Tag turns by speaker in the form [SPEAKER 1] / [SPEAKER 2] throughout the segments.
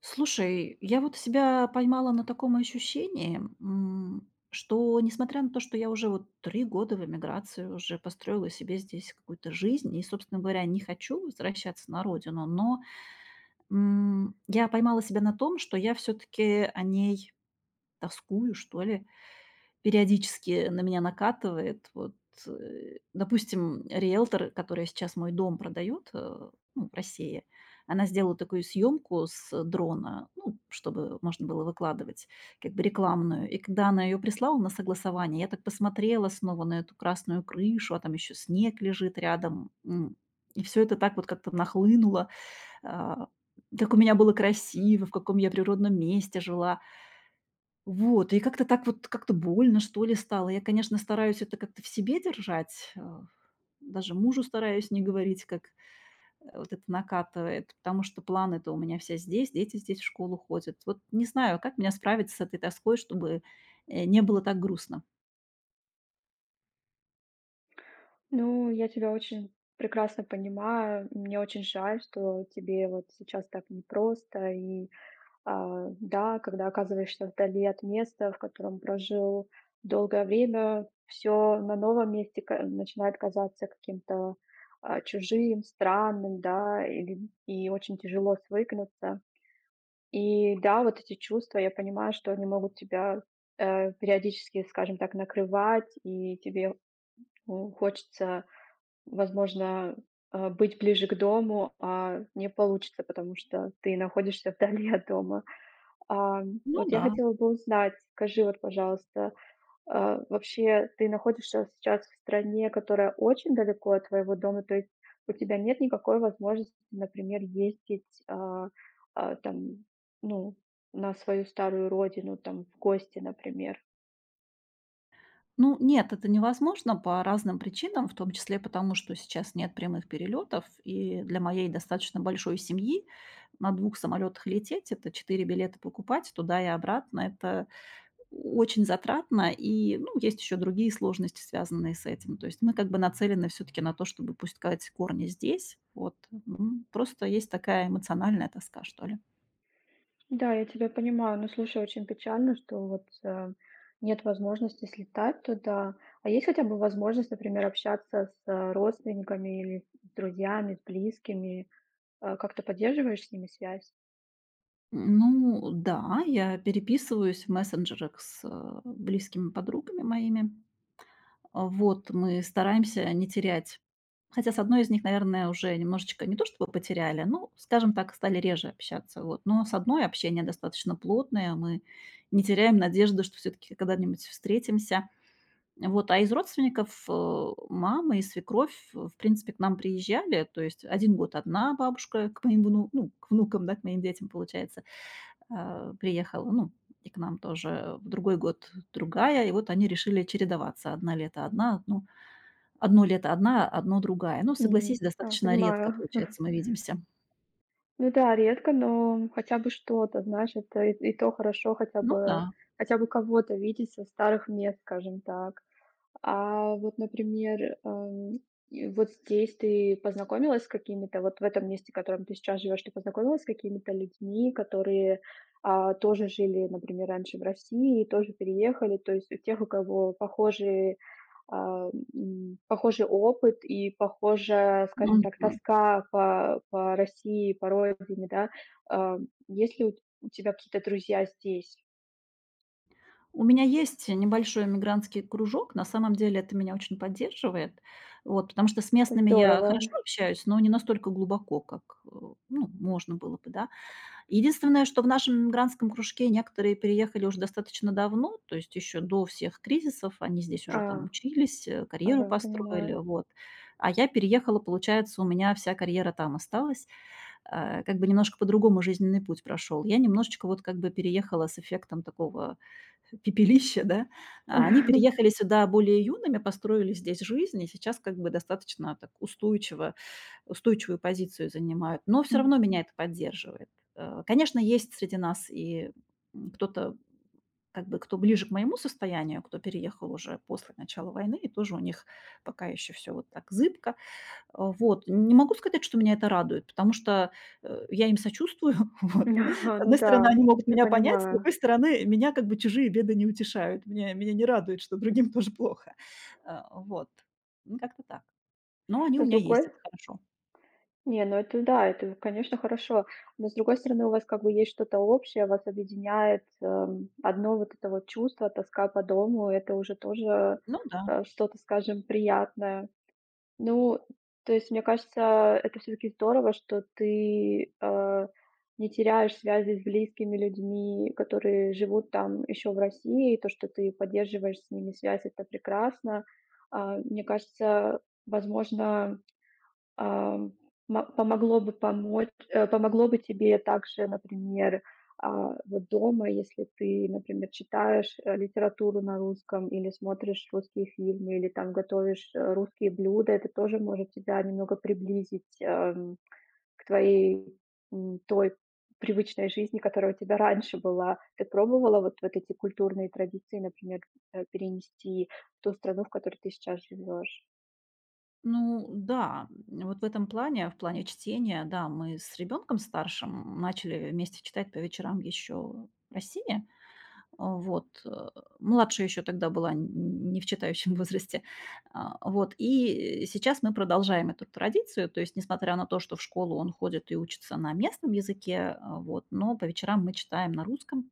[SPEAKER 1] Слушай, я вот себя поймала на таком ощущении, что несмотря на то, что я уже вот 3 года в эмиграции, уже построила себе здесь какую-то жизнь и, собственно говоря, не хочу возвращаться на родину, но, я поймала себя на том, что я все таки о ней тоскую, что ли. Периодически на меня накатывает. Вот, допустим, риэлтор, которая сейчас мой дом продает, ну, в России, она сделала такую съемку с дрона, ну, чтобы можно было выкладывать как бы рекламную. И когда она ее прислала на согласование, я так посмотрела снова на эту красную крышу, а там еще снег лежит рядом. И все это так вот как-то нахлынуло. А, как у меня было красиво, в каком я природном месте жила. Вот, и как-то так вот, как-то больно, что ли, стало. Я, конечно, стараюсь это как-то в себе держать, даже мужу стараюсь не говорить, как, вот это накатывает, потому что планы-то у меня все здесь, дети здесь в школу ходят. Вот не знаю, как меня справиться с этой тоской, чтобы, не было так грустно.
[SPEAKER 2] Ну, я тебя очень прекрасно понимаю. Мне очень жаль, что тебе вот сейчас так непросто. И когда оказываешься вдали от места, в котором прожил долгое время, все на новом месте начинает казаться каким-то чужим, странным, да, и очень тяжело свыкнуться. И да, вот эти чувства, я понимаю, что они могут тебя периодически, скажем так, накрывать, и тебе ну, хочется. Возможно, быть ближе к дому, не получится, потому что ты находишься вдали от дома. А,
[SPEAKER 1] Ну
[SPEAKER 2] вот я
[SPEAKER 1] да.
[SPEAKER 2] хотела бы узнать, скажи вот, пожалуйста, вообще ты находишься сейчас в стране, которая очень далеко от твоего дома, то есть у тебя нет никакой возможности, например, ездить, там, ну, на свою старую родину, там, в гости, например.
[SPEAKER 1] Ну нет, это невозможно по разным причинам, в том числе потому, что сейчас нет прямых перелетов, и для моей достаточно большой семьи на двух самолетах лететь- это 4 билета покупать туда и обратно. Это очень затратно, и, ну, есть еще другие сложности, связанные с этим. То есть мы как бы нацелены все-таки на то, чтобы пускать корни здесь. Вот. Просто есть такая эмоциональная тоска, что ли.
[SPEAKER 2] Да, я тебя понимаю. Но слушай, очень печально, что вот нет возможности слетать туда. А есть хотя бы возможность, например, общаться с родственниками или с друзьями, с близкими? Как ты поддерживаешь с ними связь?
[SPEAKER 1] Ну, да, я переписываюсь в мессенджерах с близкими подругами моими. Вот мы стараемся не терять. Хотя с одной из них, наверное, уже немножечко не то чтобы потеряли, ну, скажем так, стали реже общаться, вот. Но с одной общение достаточно плотное, мы не теряем надежды, что все таки когда-нибудь встретимся. Вот, а из родственников, мама и свекровь, в принципе, к нам приезжали. То есть один год одна бабушка к моим к внукам, да, к моим детям, получается, приехала, ну, и к нам тоже. В другой год другая. И вот они решили чередоваться: 1 лето- одна, ну, Одно лето одна, одно другая. Ну, согласись,
[SPEAKER 2] Мгм. А,
[SPEAKER 1] достаточно редко,
[SPEAKER 2] понимаю.
[SPEAKER 1] получается, мы видимся.
[SPEAKER 2] Ну да, редко, но хотя бы что-то, знаешь, это и то хорошо, хотя
[SPEAKER 1] Ну да.
[SPEAKER 2] бы хотя бы кого-то видеть со старых мест, скажем так. А вот, например, и вот здесь ты познакомилась с какими-то, вот в этом месте, в котором ты сейчас живешь, ты познакомилась с какими-то людьми, которые тоже жили, например, раньше в России, и тоже переехали, то есть у тех, у кого похожие, похожий опыт и похожая, скажем так,
[SPEAKER 1] Мгм.
[SPEAKER 2] тоска по России, по родине, да. А, Есть ли у тебя какие-то друзья здесь?
[SPEAKER 1] У меня есть небольшой мигрантский кружок. На самом деле это меня очень поддерживает. Вот, потому что с
[SPEAKER 2] Это
[SPEAKER 1] местными я
[SPEAKER 2] здорово.
[SPEAKER 1] хорошо общаюсь, но не настолько глубоко, как, ну, можно было бы, да. Единственное, что в нашем мигрантском кружке некоторые переехали уже достаточно давно, то есть еще до всех кризисов. Они здесь уже там
[SPEAKER 2] А,
[SPEAKER 1] учились, карьеру
[SPEAKER 2] ага,
[SPEAKER 1] построили,
[SPEAKER 2] понимаю.
[SPEAKER 1] вот. А я переехала, получается, у меня вся карьера там осталась. Как бы немножко по-другому жизненный путь прошел. Я немножечко вот как бы переехала с эффектом такого пепелища, да. А они переехали сюда более юными, построили здесь жизнь и сейчас как бы достаточно так устойчиво устойчивую позицию занимают. Но все
[SPEAKER 2] М.
[SPEAKER 1] равно меня это поддерживает. Конечно, есть среди нас и, кто-то, как бы, кто ближе к моему состоянию, кто переехал уже после начала войны, и тоже у них пока еще все вот так зыбко. Вот. Не могу сказать, что меня это радует, потому что, я им сочувствую. Вот. С
[SPEAKER 2] Ну
[SPEAKER 1] одной стороны,
[SPEAKER 2] да,
[SPEAKER 1] они могут
[SPEAKER 2] я
[SPEAKER 1] меня понять, с
[SPEAKER 2] понимаю.
[SPEAKER 1] другой стороны, меня как бы чужие беды не утешают. Меня не радует, что другим тоже плохо. Вот. Ну, как-то так. Но они у
[SPEAKER 2] Но С
[SPEAKER 1] меня
[SPEAKER 2] другой
[SPEAKER 1] есть, это хорошо.
[SPEAKER 2] не, ну это да, это, конечно, хорошо. Но с другой стороны, у вас как бы есть что-то общее, вас объединяет, одно вот это вот чувство, тоска по дому. Это уже тоже,
[SPEAKER 1] Ну да.
[SPEAKER 2] что-то, скажем, приятное. Ну, то есть, мне кажется, это все таки здорово, что ты, не теряешь связи с близкими людьми, которые живут там еще в России. То, что ты поддерживаешь с ними связь — это прекрасно. Мне кажется, возможно. Ам, ма помогло бы помочь, помогло бы тебе также, например, вот дома, если ты, например, читаешь, литературу на русском или смотришь русские фильмы, или там готовишь, русские блюда. Это тоже может тебя немного приблизить, к твоей, той привычной жизни, которая у тебя раньше была. Ты пробовала вот эти культурные традиции, например, перенести в ту страну, в которой ты сейчас живешь?
[SPEAKER 1] Ну да, вот в этом плане, в плане чтения, да, мы с ребенком старшим начали вместе читать по вечерам еще в России. А, вот, э, младшая еще тогда была, н не в читающем возрасте. И сейчас мы продолжаем эту традицию. То есть, несмотря на то, что в школу он ходит и учится на местном языке, но по вечерам мы читаем на русском,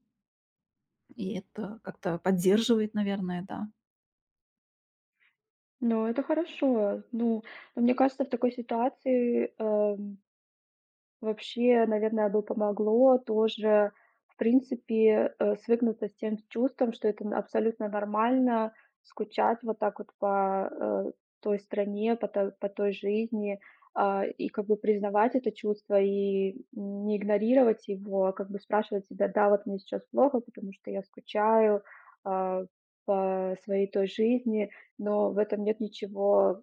[SPEAKER 1] и это как-то поддерживает, наверное, да.
[SPEAKER 2] Ну, это хорошо. Ну, но мне кажется, в такой ситуации, вообще, наверное, бы помогло тоже, в принципе, свыкнуться с тем чувством, что это н абсолютно нормально скучать вот так вот по, э, той стране, по той жизни, и как бы признавать это чувство, и не игнорировать его, а как бы спрашивать себя: "Да, вот мне сейчас плохо, потому что я скучаю, а, по своей той жизни", но в этом нет ничего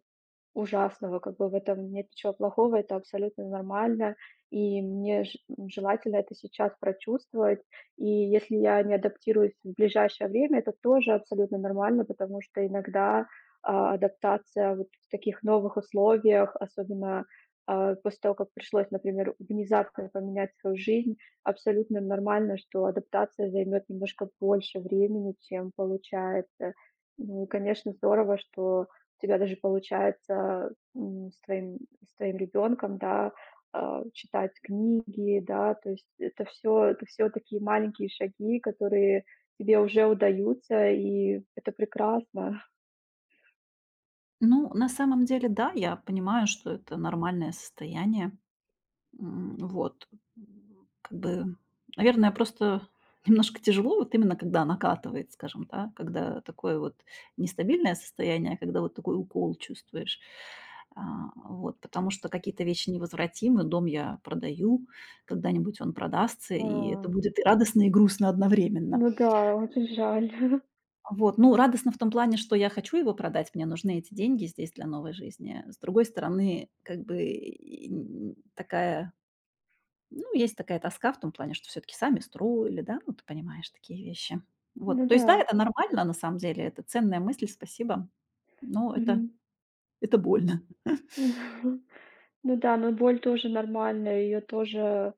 [SPEAKER 2] ужасного, как бы в этом нет ничего плохого, это абсолютно нормально. И мне ж Желательно это сейчас прочувствовать. И если я не адаптируюсь в ближайшее время, это тоже абсолютно нормально, потому что иногда, адаптация вот в таких новых условиях, особенно, после того, как пришлось, например, внезапно поменять свою жизнь, абсолютно нормально, что адаптация займет немножко больше времени, чем получается. Ну и, конечно, здорово, что у тебя даже получается, м, с твоим с твоим ребенком, да, читать книги, да, то есть это все такие маленькие шаги, которые тебе уже удаются, и это прекрасно.
[SPEAKER 1] Ну, на самом деле, да, я понимаю, что это нормальное состояние. М, вот, как бы, наверное, просто немножко тяжело, вот именно когда накатывает, скажем, да, когда такое вот нестабильное состояние, а когда вот такой укол чувствуешь. Потому что какие-то вещи невозвратимы. Дом я продаю, когда-нибудь он продастся, и это
[SPEAKER 2] А,
[SPEAKER 1] будет и радостно, и грустно одновременно.
[SPEAKER 2] ну да, очень жаль.
[SPEAKER 1] Вот, ну, радостно в том плане, что я хочу его продать, мне нужны эти деньги здесь для новой жизни. С другой стороны, как бы и есть такая тоска в том плане, что все таки сами строили, да, ну, ты понимаешь такие вещи. Вот,
[SPEAKER 2] Ну
[SPEAKER 1] то есть,
[SPEAKER 2] да.
[SPEAKER 1] да, это нормально, на самом деле, это ценная мысль, спасибо, но это
[SPEAKER 2] Мгм.
[SPEAKER 1] это больно.
[SPEAKER 2] Ну да, но боль тоже нормальная, ее тоже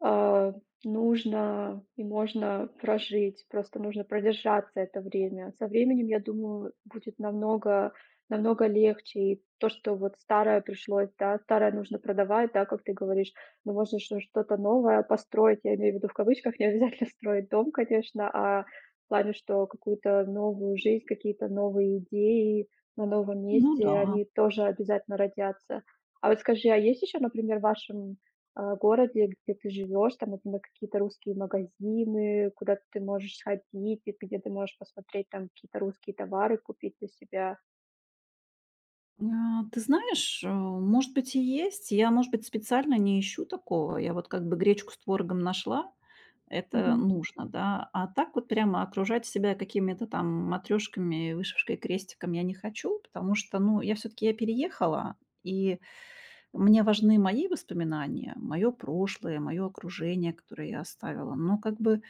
[SPEAKER 2] А, нужно и можно прожить, просто нужно продержаться это время. Со временем, я думаю, будет намного легче. И то, что вот старое пришлось, да, старое нужно продавать, да, как ты говоришь, но можно что-то новое построить. Я имею в виду в кавычках, не обязательно строить дом, конечно, а в плане, что какую-то новую жизнь, какие-то новые идеи на новом
[SPEAKER 1] Ну да.
[SPEAKER 2] месте, они тоже обязательно родятся. А вот скажи, а есть еще, например, в вашем городе, где ты живешь, там, например, какие-то русские магазины, куда ты можешь сходить, и где ты можешь посмотреть там какие-то русские товары, купить для себя.
[SPEAKER 1] Ты знаешь, может быть, и есть. Я, может быть, специально не ищу такого. Я вот как бы гречку с творогом нашла. Это
[SPEAKER 2] Мгм.
[SPEAKER 1] нужно, да. А так вот прямо окружать себя какими-то там матрёшками, вышивкой, крестиком я не хочу, потому что, ну, я все таки я переехала, и мне важны мои воспоминания, мое прошлое, мое окружение, которое я оставила. Но как бы,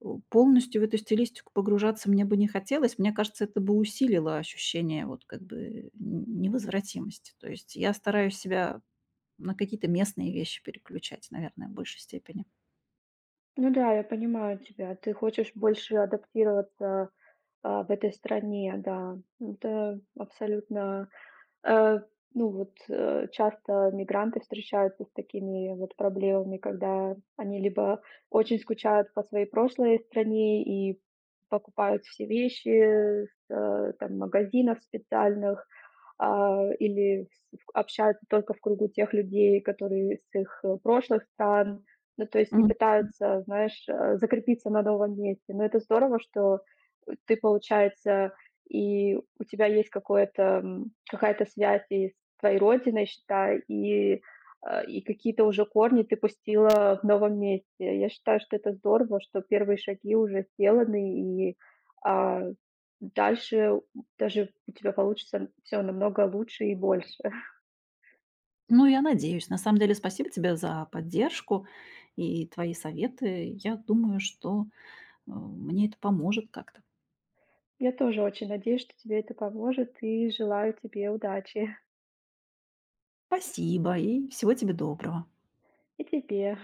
[SPEAKER 1] полностью в эту стилистику погружаться мне бы не хотелось. Мне кажется, это бы усилило ощущение вот как бы н невозвратимости. То есть я стараюсь себя на какие-то местные вещи переключать, наверное, в большей степени.
[SPEAKER 2] Ну да, я понимаю тебя. Ты хочешь больше адаптироваться в этой стране, да. Это абсолютно. Э, ну вот, часто мигранты встречаются с такими вот проблемами, когда они либо очень скучают по своей прошлой стране и покупают все вещи с, там магазинов специальных, или общаются только в кругу тех людей, которые с их, прошлых стран. Ну, то есть не
[SPEAKER 1] Мгм.
[SPEAKER 2] пытаются, знаешь, закрепиться на новом месте. Но это здорово, что, ты, получается, и у тебя есть какое-то, какая-то связь и с твоей родиной, считай, и, и какие-то уже корни ты пустила в новом месте. Я считаю, что это здорово, что первые шаги уже сделаны, и а, дальше даже у тебя получится все намного лучше и больше.
[SPEAKER 1] Ну, я надеюсь. На самом деле, спасибо тебе за поддержку и твои советы. Я думаю, что, мне это поможет как-то.
[SPEAKER 2] Я тоже очень надеюсь, что тебе это поможет, и желаю тебе удачи.
[SPEAKER 1] Спасибо и всего тебе доброго.
[SPEAKER 2] И тебе.